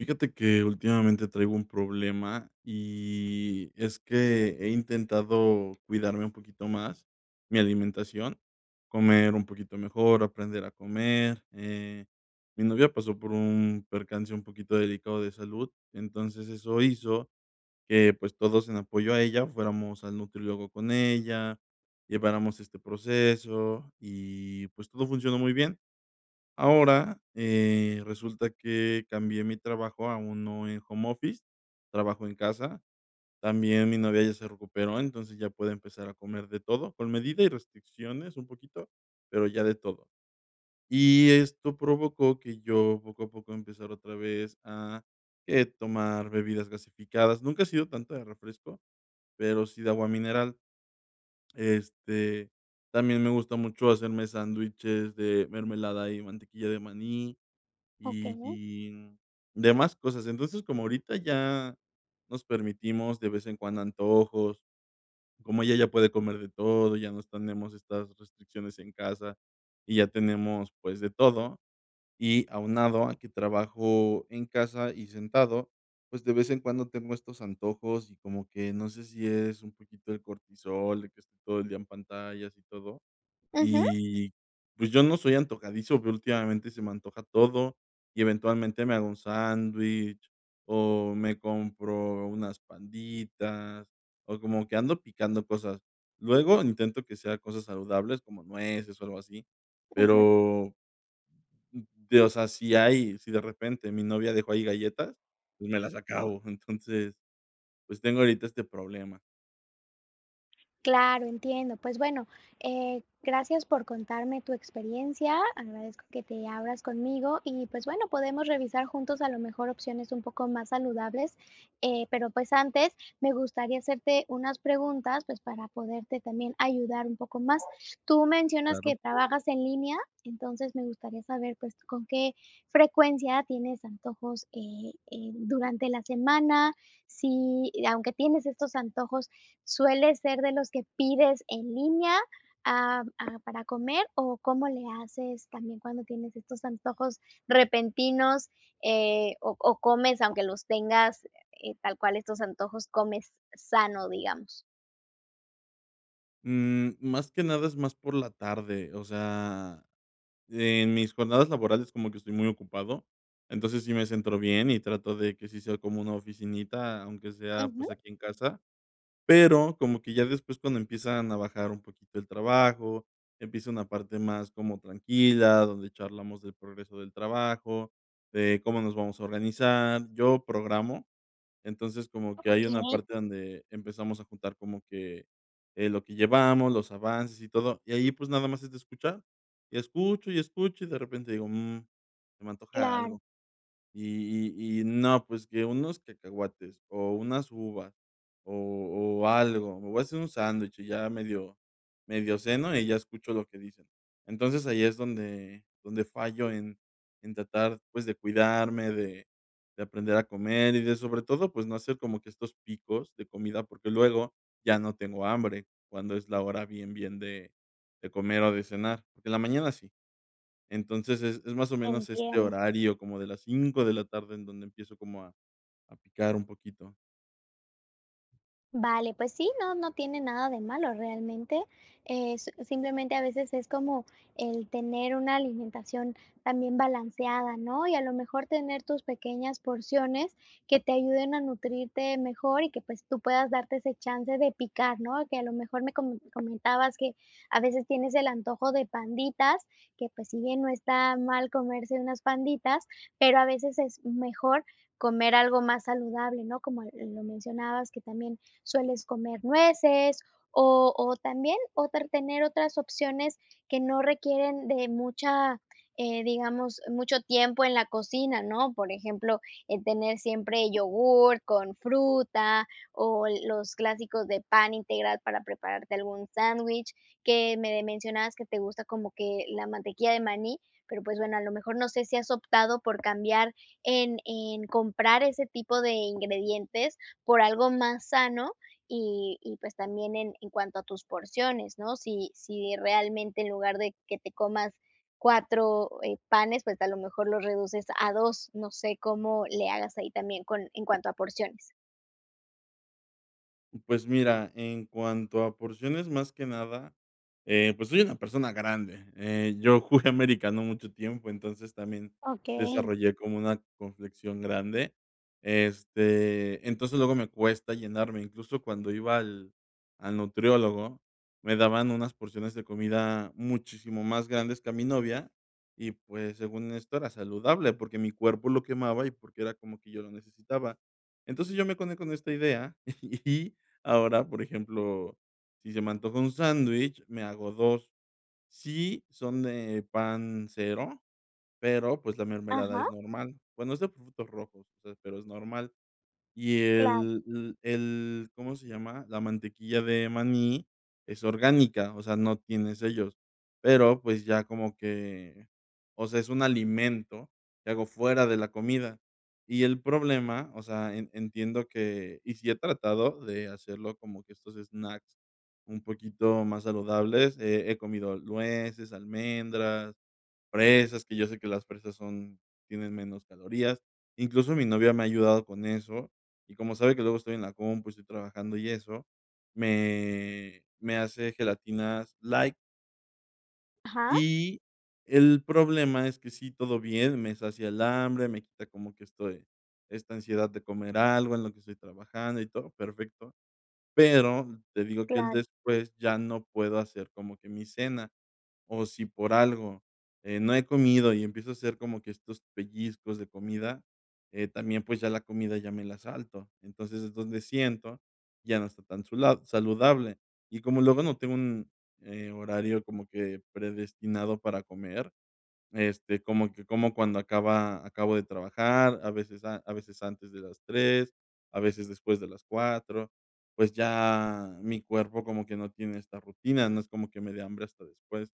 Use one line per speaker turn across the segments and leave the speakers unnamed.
Fíjate que últimamente traigo un problema y es que he intentado cuidarme un poquito más, mi alimentación, comer un poquito mejor, aprender a comer. Mi novia pasó por un percance un poquito delicado de salud, entonces eso hizo que pues todos en apoyo a ella fuéramos al nutriólogo con ella, lleváramos este proceso y pues todo funcionó muy bien. Ahora, resulta que cambié mi trabajo a uno en home office, trabajo en casa. También mi novia ya se recuperó, entonces ya puede empezar a comer de todo, con medida y restricciones un poquito, pero ya de todo. Y esto provocó que yo poco a poco empezar otra vez a que tomar bebidas gasificadas. Nunca he sido tanto de refresco, pero sí de agua mineral. Este, también me gusta mucho hacerme sándwiches de mermelada y mantequilla de maní
Okay.
y demás cosas. Entonces, como ahorita ya nos permitimos de vez en cuando antojos, como ella ya puede comer de todo, ya no tenemos estas restricciones en casa y ya tenemos, pues, de todo. Y aunado a que trabajo en casa y sentado, pues, de vez en cuando tengo estos antojos y como que no sé si es un poquito el cortisol, de que estoy todo el día en pantallas y todo.
Uh huh.
Y, pues, yo no soy antojadizo, pero últimamente se me antoja todo, y eventualmente me hago un sándwich, o me compro unas panditas, o como que ando picando cosas. Luego intento que sea cosas saludables, como nueces o algo así,
Uh huh.
pero de o sea, si hay si de repente mi novia dejó ahí galletas, pues, me las acabo. Entonces, pues, tengo ahorita este problema.
Claro, entiendo. Pues bueno, gracias por contarme tu experiencia, agradezco que te abras conmigo y pues bueno, podemos revisar juntos a lo mejor opciones un poco más saludables, pero pues antes me gustaría hacerte unas preguntas, pues para poderte también ayudar un poco más. Tú mencionas
Claro.
que trabajas en línea, entonces me gustaría saber pues con qué frecuencia tienes antojos durante la semana, si aunque tienes estos antojos, ¿suele ser de los que pides en línea, para comer o cómo le haces también cuando tienes estos antojos repentinos, o comes, aunque los tengas, tal cual estos antojos, comes sano, digamos?
Mm, más que nada es más por la tarde, o sea, en mis jornadas laborales como que estoy muy ocupado, entonces sí me centro bien y trato de que sí sea como una oficinita, aunque sea,
Ujú.
pues, aquí en casa, pero como que ya después cuando empiezan a bajar un poquito el trabajo, empieza una parte más como tranquila, donde charlamos del progreso del trabajo, de cómo nos vamos a organizar. Yo programo. Entonces, como que hay una
Okey,
parte donde empezamos a juntar como que, lo que llevamos, los avances y todo, y ahí, pues, nada más es de escuchar. Y escucho, y escucho, y de repente digo: "Mm, se me antoja
claro,
algo". Y no, pues que unos cacahuates o unas uvas o algo, me voy a hacer un sándwich y ya medio ceno y ya escucho lo que dicen. Entonces, ahí es donde fallo en tratar, pues, de cuidarme, de aprender a comer y de, sobre todo, pues, no hacer como que estos picos de comida, porque luego ya no tengo hambre cuando es la hora bien, bien de comer o de cenar, porque en la mañana sí. Entonces, es más o menos este
entiendo.
horario como de las 5 de la tarde en donde empiezo como a picar un poquito.
Vale, pues sí, no, no tiene nada de malo realmente. Simplemente a veces es como el tener una alimentación también balanceada, ¿no? Y a lo mejor tener tus pequeñas porciones que te ayuden a nutrirte mejor y que pues tú puedas darte ese chance de picar, ¿no? Que a lo mejor comentabas que a veces tienes el antojo de panditas, que pues si bien no está mal comerse unas panditas, pero a veces es mejor comer algo más saludable, ¿no? Como lo mencionabas, que también sueles comer nueces o también otra, tener otras opciones que no requieren de mucha, digamos, mucho tiempo en la cocina, ¿no? Por ejemplo, tener siempre yogur con fruta o los clásicos de pan integral para prepararte algún sándwich, que mencionabas que te gusta como que la mantequilla de maní, pero pues bueno, a lo mejor no sé si has optado por cambiar en comprar ese tipo de ingredientes por algo más sano y, pues, también en cuanto a tus porciones, ¿no? Si realmente en lugar de que te comas 4 panes, pues, a lo mejor los reduces a dos, no sé cómo le hagas ahí también con en cuanto a porciones.
Pues mira, en cuanto a porciones, más que nada, pues soy una persona grande. Yo jugué americano mucho tiempo, entonces también
Okey.
desarrollé como una conflexión grande. Este, entonces luego me cuesta llenarme. Incluso cuando iba al nutriólogo, me daban unas porciones de comida muchísimo más grandes que a mi novia. Y pues según esto era saludable, porque mi cuerpo lo quemaba y porque era como que yo lo necesitaba. Entonces yo me conecto con esta idea y ahora, por ejemplo, si se me antoja un sándwich, me hago 2. Sí son de pan cero, pero, pues, la mermelada
Ajá,
es normal. Bueno, es de frutos rojos, o sea, pero es normal. Y
claro.
el el, ¿cómo se llama? La mantequilla de maní es orgánica, o sea, no tiene sellos, pero, pues, ya como que, o sea, es un alimento que hago fuera de la comida. Y el problema, o sea, en entiendo que y sí he tratado de hacerlo como que estos snacks un poquito más saludables, he comido nueces, almendras, fresas, que yo sé que las fresas son tienen menos calorías. Incluso mi novia me ha ayudado con eso, y como sabe que luego estoy en la compu, estoy trabajando y eso, me hace gelatinas light.
Ajá,
Y el problema es que sí, todo bien, me sacia el hambre, me quita como que estoy esta ansiedad de comer algo en lo que estoy trabajando y todo, perfecto. Pero te digo que el
claro.
después ya no puedo hacer como que mi cena o si por algo, no he comido y empiezo a hacer como que estos pellizcos de comida, también, pues, ya la comida ya me la salto. Entonces, es donde siento, ya no está tan sula saludable. Y como luego no tengo un, horario como que predestinado para comer, este, como que como cuando acaba acabo de trabajar, a veces a veces antes de las tres, a veces después de las cuatro, pues ya mi cuerpo como que no tiene esta rutina, no es como que me dé hambre hasta después.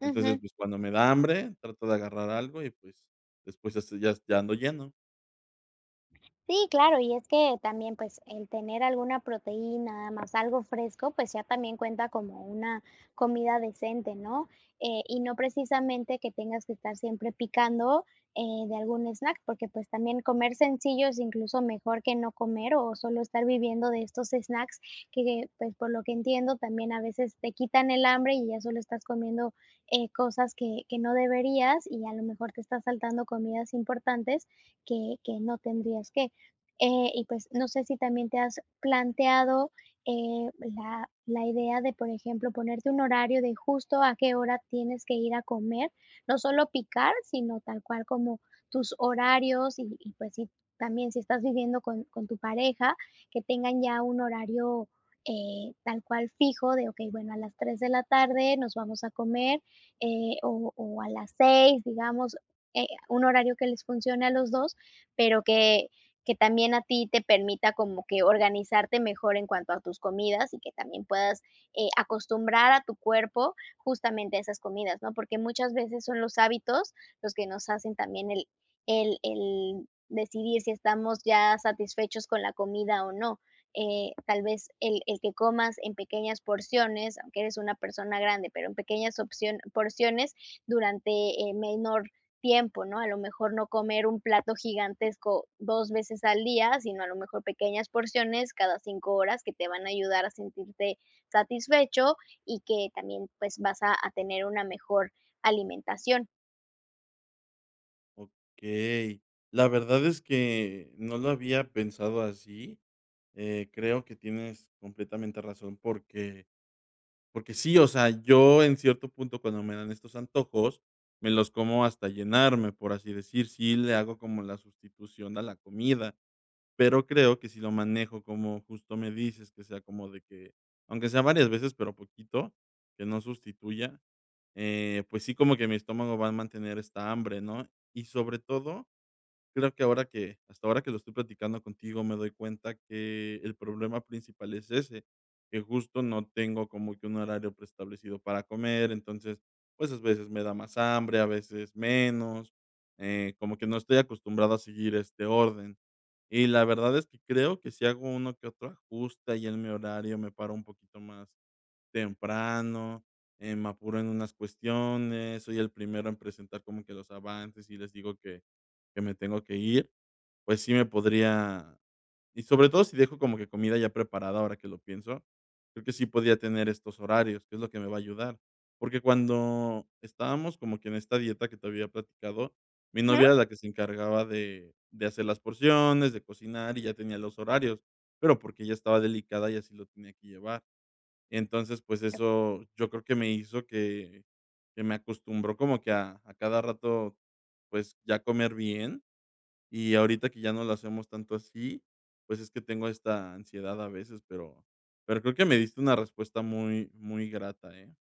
Entonces,
Ujú.
pues, cuando me da hambre, trato de agarrar algo y, pues, después ya ando lleno.
Sí, claro, y es que también, pues, el tener alguna proteína, más algo fresco, pues ya también cuenta como una comida decente, ¿no? Y no precisamente que tengas que estar siempre picando de algún snack, porque pues también comer sencillo es incluso mejor que no comer o solo estar viviendo de estos snacks que, pues, por lo que entiendo, también a veces te quitan el hambre y ya solo estás comiendo cosas que no deberías y a lo mejor te estás saltando comidas importantes que no tendrías que. Y pues no sé si también te has planteado la idea de, por ejemplo, ponerte un horario de justo a qué hora tienes que ir a comer, no solo picar, sino tal cual como tus horarios y pues si también si estás viviendo con tu pareja, que tengan ya un horario tal cual fijo de, ok, bueno, a las 3 de la tarde nos vamos a comer, o a las 6 digamos, un horario que les funcione a los dos, pero que también a ti te permita como que organizarte mejor en cuanto a tus comidas y que también puedas acostumbrar a tu cuerpo justamente a esas comidas, ¿no? Porque muchas veces son los hábitos los que nos hacen también el decidir si estamos ya satisfechos con la comida o no. Tal vez el que comas en pequeñas porciones, aunque eres una persona grande, pero en porciones durante menor tiempo, ¿no? A lo mejor no comer un plato gigantesco 2 veces al día, sino a lo mejor pequeñas porciones cada 5 horas que te van a ayudar a sentirte satisfecho y que también, pues, vas a tener una mejor alimentación.
Okey. La verdad es que no lo había pensado así. Creo que tienes completamente razón porque porque sí, o sea, yo en cierto punto, cuando me dan estos antojos, me los como hasta llenarme, por así decir. Sí le hago como la sustitución a la comida, pero creo que si lo manejo como justo me dices, que sea como de que, aunque sea varias veces, pero poquito, que no sustituya, pues sí como que mi estómago va a mantener esta hambre, ¿no? Y sobre todo creo que ahora que hasta ahora que lo estoy platicando contigo, me doy cuenta que el problema principal es ese, que justo no tengo como que un horario preestablecido para comer, entonces, pues, a veces me da más hambre, a veces menos, como que no estoy acostumbrado a seguir este orden. Y la verdad es que creo que si hago uno que otro ajuste y en mi horario, me paro un poquito más temprano, me apuro en unas cuestiones, soy el primero en presentar como que los avances y les digo que me tengo que ir, pues sí me podría y sobre todo si dejo como que comida ya preparada, ahora que lo pienso, creo que sí podría tener estos horarios, que es lo que me va a ayudar. Porque cuando estábamos como que en esta dieta que te había platicado, mi novia era la que se encargaba de hacer las porciones, de cocinar y ya tenía los horarios, pero porque ella estaba delicada y así lo tenía que llevar. Entonces, pues eso yo creo que me hizo que me acostumbró como que a cada rato, pues, ya comer bien. Y ahorita que ya no lo hacemos tanto así, pues, es que tengo esta ansiedad a veces, pero creo que me diste una respuesta muy, muy grata, ¿eh?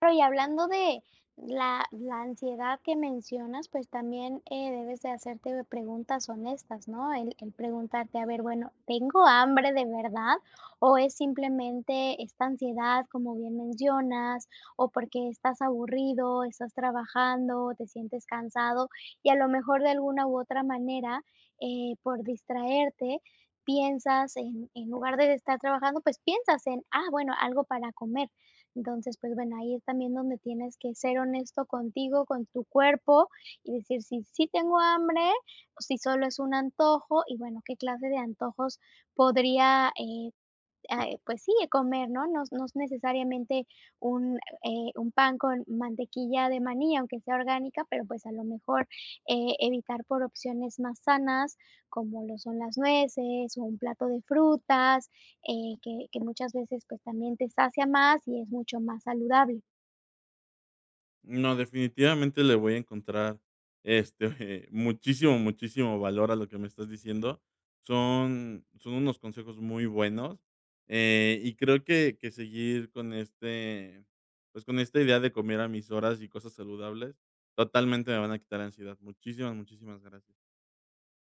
Claro, y hablando de la ansiedad que mencionas, pues también debes de hacerte preguntas honestas, ¿no? El preguntarte, a ver, bueno, ¿tengo hambre de verdad? ¿O es simplemente esta ansiedad, como bien mencionas, o porque estás aburrido, estás trabajando, te sientes cansado y a lo mejor de alguna u otra manera, por distraerte, piensas en lugar de estar trabajando, pues piensas en, ah, bueno, algo para comer, entonces, pues bueno, ahí es también donde tienes que ser honesto contigo, con tu cuerpo y decir si sí tengo hambre o si solo es un antojo y bueno, qué clase de antojos podría, pues sí, de comer, ¿no? No es necesariamente un, un pan con mantequilla de maní, aunque sea orgánica, pero, pues, a lo mejor, evitar por opciones más sanas, como lo son las nueces, o un plato de frutas, que muchas veces, pues, también te sacia más y es mucho más saludable.
No, definitivamente le voy a encontrar, este, muchísimo, muchísimo valor a lo que me estás diciendo. Son unos consejos muy buenos, y creo que seguir con este, pues, con esta idea de comer a mis horas y cosas saludables, totalmente me van a quitar ansiedad. Muchísimas, muchísimas gracias.